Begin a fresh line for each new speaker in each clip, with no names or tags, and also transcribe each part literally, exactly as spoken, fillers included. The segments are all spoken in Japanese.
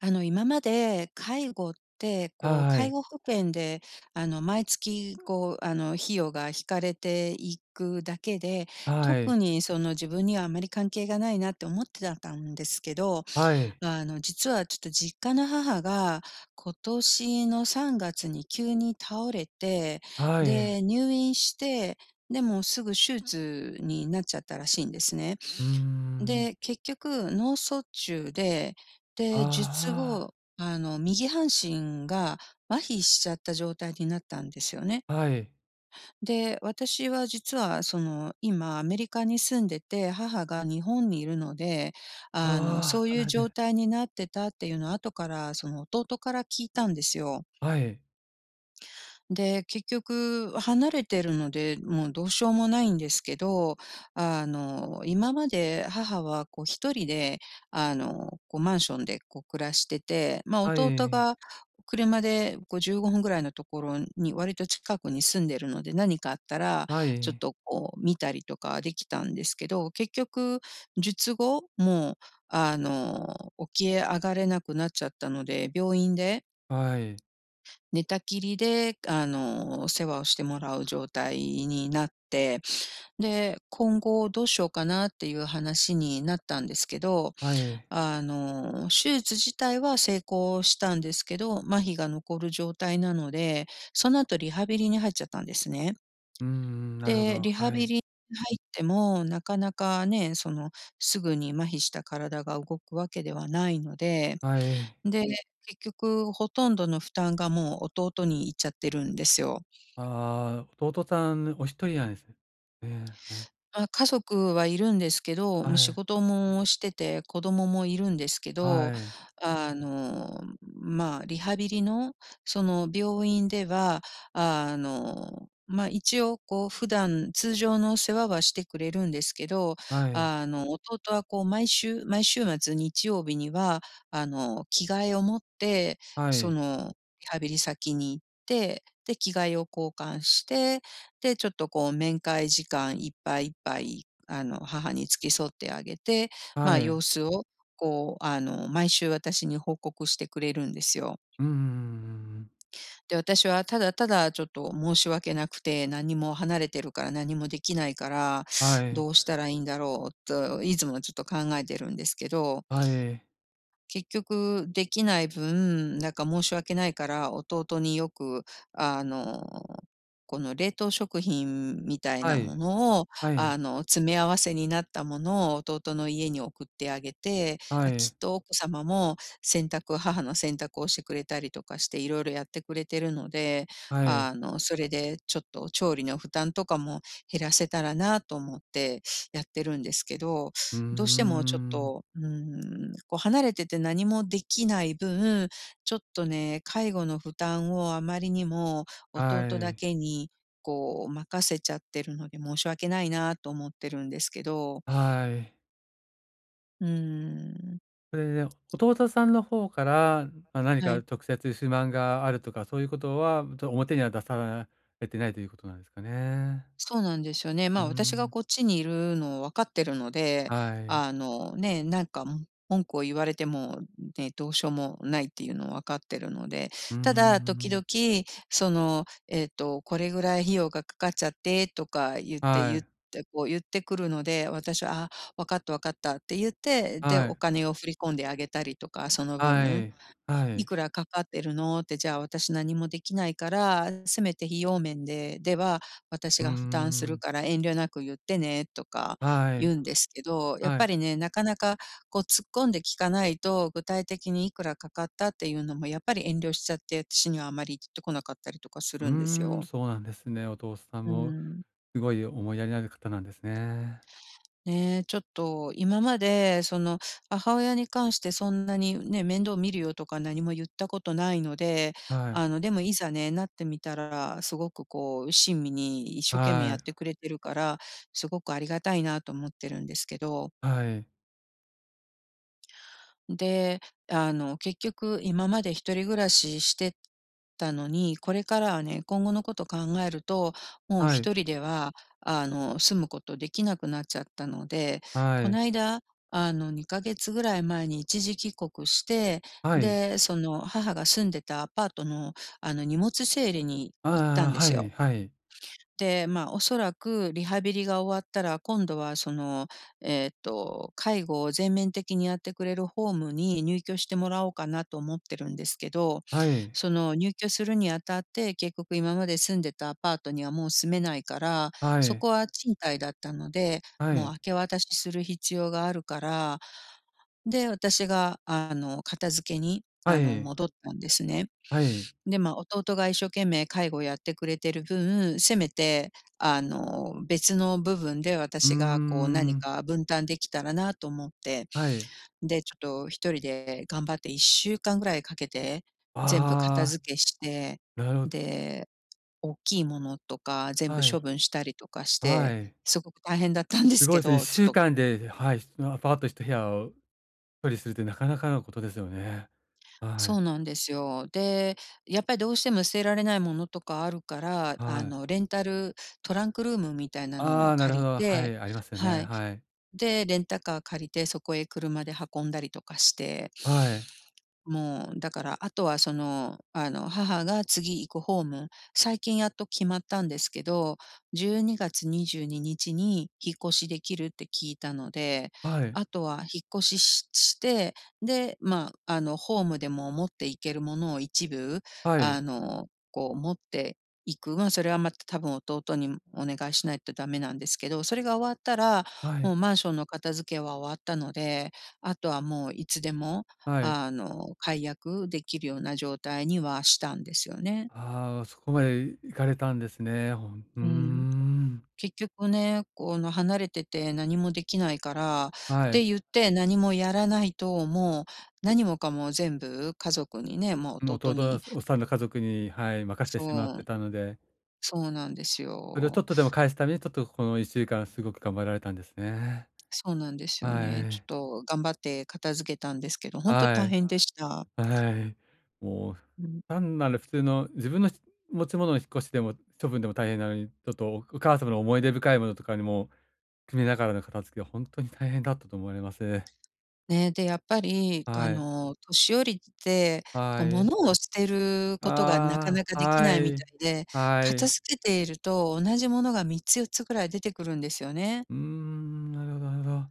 あの、今まで介護って、こう、
は
介
い、
護保険で、あの、毎月、こう、あの、費用が引かれていくだけで、
はい、
特に、その、自分にはあまり関係がないなって思ってだたんですけど、
はい、
あの、実はちょっと実家の母が今年のさんがつに急に倒れて、
はい。
で、入院して、でもすぐ手術になっちゃったらしいんですね。
うーん。
で、結局脳卒中で、で、術
あ
後、あの、右半身が麻痺しちゃった状態になったんですよね。
あ、はい。
で、私は実はその、今アメリカに住んでて、母が日本にいるので、
あ
あの、そう
あ、
い
離
う
れ
状
て。
態になってたっていうのは後からその弟から聞いたんですよ。
はい、
で、結局離れてるので、もうどうしようもないんですけど、あの、今まで母はこう一人で、あの、こうマンションでこう暮らしてて、ま、
は
弟
い、
が車でこうじゅうごふんぐらいのところに割と近くに住んでるので、何かあったら
は
ちょっ
い、
とこう見たりとかできたんですけど、結局術後、もうあの、起き上がれなくなっちゃったので、病院で
はい、
寝たきりで、あの、世話をしてもらう状態になって、で、今後どうしようかなっていう話になったんですけど、
はい。
あの、手術自体は成功したんですけど、麻痺が残る状態なので、その後リハビリに入っちゃったんですね。
うーん、なるほ
で、
ど。
リハ
は
ビ
い、
リに入っても、なかなかね、その、すぐに麻痺した体が動くわけではないので、
はい。
で、結局ほとんどの負担がもう弟に行っちゃってるんですよ。
ああ、弟さんお一人なんです。ええ、ね。
あ、家族はいるんですけど、
は
もう仕
い、
事もしてて、子供もいるんですけど、
はい、
あの、まあ、リハビリの、その病院では、あの、まあ、一応こう普段通常の世話はしてくれるんですけど、
はい、
あの、弟はこう毎週毎週末日曜日には、あの、着替えを持って、
は
そ
い、
のリハビリ先に行って、で、着替えを交換してで、ちょっとこう面会時間いっぱいいっぱい、あの、母に付き添ってあげて、ま
は
あ、
い。
様子をこう、あの、毎週私に報告してくれるんですよ。
うーうんん。
で、私はただただちょっと申し訳なくて、何も離れてるから何もできないから、
はい、
どうしたらいいんだろうといつもちょっと考えてるんですけど。
はい、
結局できない分、なんか申し訳ないから、弟によく、あの、この冷凍食品みたい
は
なも
い、
のを、
はい、
あの、詰め合わせになったものを弟の家に送ってあげて、
は
あ、きっ
い、
と奥様も洗濯母の洗濯をしてくれたりとかして、いろいろやってくれてるので、
はい。
あの、それでちょっと調理の負担とかも減らせたらなと思ってやってるんですけど
うー
どうしてもちょっ
ん、
と、うーん、こう離れてて何もできない分、ちょっとね、介護の負担をあまりにも弟
は
だ
い。
けにこう任せちゃってるので申し訳ないなと思ってるんですけど。
はい。
うーん、
それで、弟さんの方から、まあ、何
は
か
い。
直接不満があるとか、そういうことは、ちょ表には出されてないということなんですかね。
そうなんですよね。
う
ま
ー
あ、私が
ん、
こっちにいるのを分かってるので、
はい。
あの、ね、なんか、も文句を言われても、ね、どうしようもないっていうのを分かってるので、
うー
ただ時
ん。
々、その、えっと、これぐらい費用がかかっちゃってとか言って、
は
言っ
い、
て、こう言ってくるので、私は、あ、分かった分かったって言って、で、
はい、
お金を振り込んであげたりとか、その
は
分
い、は
い
い。
くらかかってるのって、じゃあ私何もできないから、せめて費用面ででは、
う
私
ー
が負担する
ん、
から遠慮なく言ってねとか
は
言
い、
うんですけど、やっ
は
ぱ
い。
りね、なかなかこう突っ込んで聞かないと、具体的にいくらかかったっていうのもやっぱり遠慮しちゃって、私にはあまり言ってこなかったりとかす
う
るんです
ーん、
よ。
そうなんですね。お父さん
う
も
ん。
すごい思いやりのある方なんですね。
ねえ、ちょっと今まで、その、母親に関してそんなにね、面倒見るよとか何も言ったことないので、
はい、
あの、でもいざね、なってみたら、すごくこう、親身に一生懸命や
は
っ
い、
てくれてるから、すごくありがたいなと思ってるんですけど。
はい、
で、あの、結局今まで一人暮らししてたのに、これからはね、今後のこと考えると、もう
はい、
一人では、あの、住むことできなくなっちゃったので、
は
こ
い、
ないだ、あの、にかげつぐらい前に一時帰国して、
はい。
で、その母が住んでたアパートの、あの、荷物整理に行った
ああ、
んで
は
すよ。
い、はい、
で、まあ、おそらくリハビリが終わったら、今度はその、えーっと、介護を全面的にやってくれるホームに入居してもらおうかなと思ってるんですけど、
はい、
その入居するにあたって、結局今まで住んでたアパートにはもう住めないから、
は
そ
い。
こは賃貸だったので、
は
もう明
い。
け渡しする必要があるから、で、私があの、片付けに、
は
あの、
い。
戻ったんですね。
はい。
で、まあ、弟が一生懸命介護をやってくれてる分、せめて、あの、別の部分で
うー
私がこう何
ん。
か分担できたらなと思って、
はい。
で、ちょっと一人で頑張っていっしゅうかんぐらいかけて、全部片
ああ、
付けして、
なるほど。
で、大きいものとか全部
はい。
処分したりとかし
は
て、
い。
すごく大変だったんで
す
す
ごい
け
ですね。
ど、ち
1
ょっ
週
と
間で、はい、アパートひと部屋を処理するってなかなかのことですよね。はい。
そうなんですよ。で、やっぱりどうしても捨てられないものとかあるから、あ
は
の、
い。
レンタルトランクルームみたいなの
あ
を
あ、なる
借
ほ
り
ど。は
て
い、ありますよね。
はい。
はい。
で、レンタカー借りて、そこへ車で運んだりとかして
はい。
もう、だから、あとはその、あの、母が次行くホーム、最近やっと決まったんですけど、じゅうにがつにじゅうににちにじゅうににちに引っ越しできるって聞いたので、
はい。
あとは引っ越ししして、で、まあ、あの、ホームでも持っていけるものを一部、
はい。
あの、こう持っていく。まあ、それはまた多分弟にお願いしないとダメなんですけど、それが終わったら、
はい。
もうマンションの片付けは終わったので、あとはもういつでも
はい。
あの、解約できるような状態にはしたんですよね。
ああ、そこまで行かれたんですね。ほんうー
うん。
ん。
結局ね、この離れてて何もできないからっ
はい。
て言って何もやらないと、もう何もかも全部家族にね、もう
もう弟
弟
の
に
おっさんの家族に、はい、任せてしまっ
そ
て
う、
たので、
そうなんです
それをちょっ
よ。
とでも返すために、ちょっとこのいっしゅうかんすごく頑張られたんですね。
そうなんですよ
は
ね。ちょ
い。
っと頑張って片付けたんですけど、本当
は
大
い。
変でした。
はい。もう、
うん。
単なる普通の自分のひ持ち物の引っ越しでも処分でも大変なのに、ちょっとおお母様の思い出深いものとかにも含めながらの片付けは本当に大変だったと思われます。
ね、で、やっぱり、あ
はい。
の、年寄りって、
は
こう
い。
物を捨てることがなか
あ
なか
あ、
でき
は
ないみた
い。
いで、
は
片
い。
付けていると同じものがみっつよっつぐらい出てくるんですよね。
うーん、なるほどなるほど。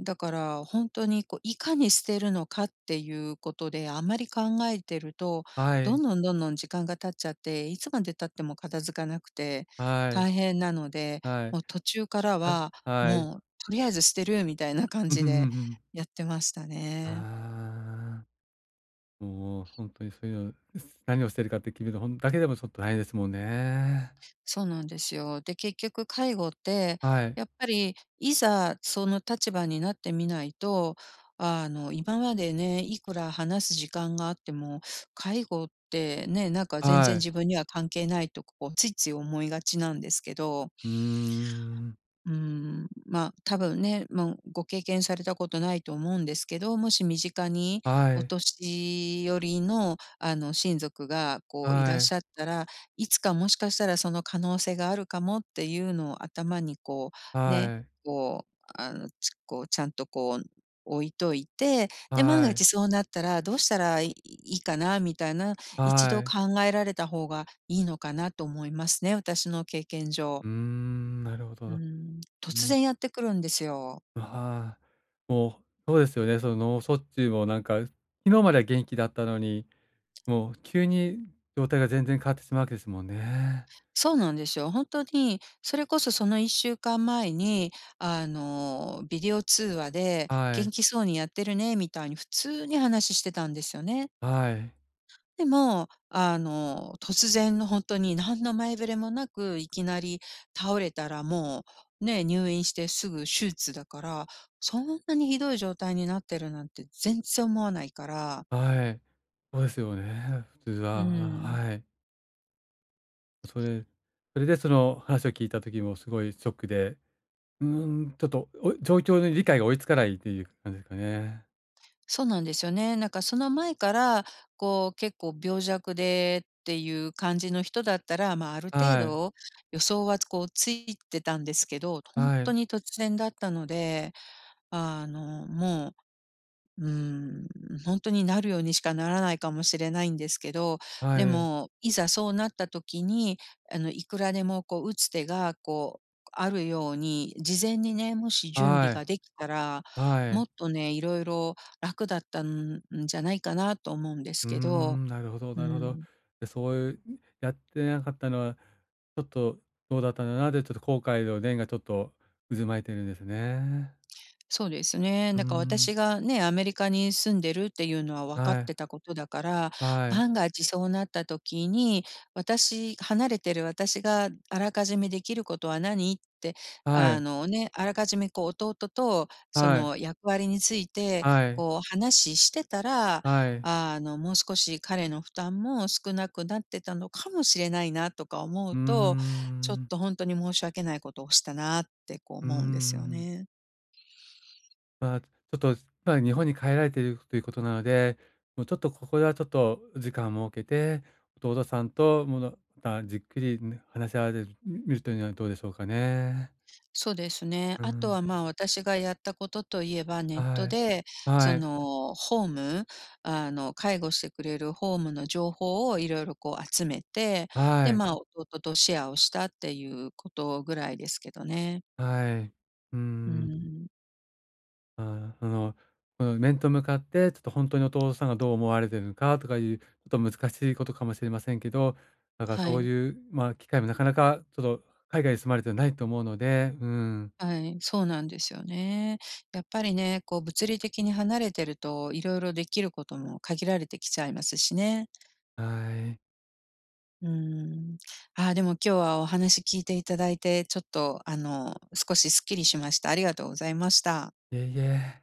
だから、ほんとにこう、いかに捨てるのかっていうことで、あんまり考えてると、
は
ど
い。
んどんどんどん時間が経っちゃって、いつまで経っても片付かなくて
はい。
大変なので、
はい。
もう途中から
あ、
は、
はい。
もうとりあえず捨てるみたいな感
うん、ふ
じ
ん、う
で
ん、ふん。
やってました
あ
ね。
あ。もう本当にそういうの、何をしてるかって決めるほんだけでもちょっと大変ですもんね。
そうなんですよ。で、結局介護って、
はい。
やっぱりいざその立場になってみないと、あの、今までね、いくら話す時間があっても、介護ってね、なんか全然
はい。
自分には関係ないとこう、ついつい思いがちなんですけど
うーん。
うーん、ま、多分ね、もうご経験されたことないと思うんですけど、もし身近に
は
お
い。
年寄りの、あの、親族がこういらっ
はい。
しゃったら、いつかもしかしたらその可能性があるかもっていうのを頭にこう、ね、
はい。
こう、あの、ちこうちゃんとこう置いといて、で、万が
はい。
一そうなったらどうしたらいいいかなみたいな、一
は
度
い。
考えられた方がいいのかなと思いますね、私の経験上。
うーん、なるほ
うー
ど。
ん、
う
突
ん。
然やってくるんですよ。
ああ、もう、そうですよね。その脳卒中もなんか、昨日までは元気だったのに、もう急に状態が全然変わってしまうわけですもんね。
そうなんですよ。ほんとに、それこそそのいっしゅうかんまえに、あの、ビデオ通話で
は
「元
い。
気そうにやってるね」みたいに普通に話してたんですよね。
はい。
でも、あの、突然のほんとに何の前触れもなく、いきなり倒れたらもう、ね、入院してすぐ手術だから、そんなにひどい状態になってるなんて全然思わないから、
はい。そうですよね、普通
う
は。
ーん。
はい。それそれでその話を聞いた時もすごいショックで、うーん、ちょっと、お状況の理解が追いつかないっていう感じですかね。
そうなんですよね。なんかその前から、こう結構病弱でっていう感じの人だったら、まあ、ある程
はい、
度予想はこうついてたんですけど、本
は
当
い、
に突然だったので、あの、もううーん、本当になるようにしかならないかもしれないんですけど、
は
で
い、
も、いざそうなった時に、あの、いくらでもこう打つ手がこう、あるように、事前にね、もし準備
は
が
い、
できたら、
は
も
い。
っとね、いろいろ楽だったんじゃないかなと思うんで
う
す
ー
けど、
ん、なるほど
う
なるほど。
ん。
で、そういう、やってなかったのは、ちょっとどうだったんだなで、ちょっと後悔の念がちょっと渦巻いてるんですね。
そうですね。
うー
だから
ん、
私がね、アメリカに住んでるっていうのは分かっ
はい、
てたことだから、
はい、
万が一そうなった時に、私離れてる私があらかじめできることは何って、
は
あ
い、
のね、あらかじめこう弟とそ
はい、
の役割について
はい、
こう話してたら、
はい。
あのもう少し彼の負担も少なくなってたのかもしれないなとか思
うー
うと、ちょっ
ん、
と本当に申し訳ないことをしたなってこう
うー
思うんですよ
ん。
ね。
まあ、ちょっと、まあ、日本に帰られているということなので、もうちょっとここではちょっと時間を設けて、弟さんとものま、じっくりね、話し合われるみるというのはどうでしょうかね。
そうですね。
う
あと
ん。
は、まあ、私がやったことといえば、ネット
はい。
で、
は
そ
い。
の、ホームあの、介護してくれるホームの情報をいろいろこう集めて、
は
で、
い。
まあ、弟とシェアをしたっていうことぐらいですけどね。
はい。う
う
ん。
ん。
まああ、の、この面と向かって、ちょっと本当にお父さんがどう思われてるのかとかいう、ちょっと難しいことかもしれませんけど、なんか
は
そう
い。
いう、まあ、機会もなかなかちょっと海外に住まれてないと思うので、うん、
はい、そうなんですよね。やっぱりね、こう物理的に離れてると、いろいろできることも限られてきちゃいますしね。
はい。
うーん。ああ、でも今日はお話聞いていただいて、ちょっとあの、少しすっきりしました。ありがとうございました。
いえいえ。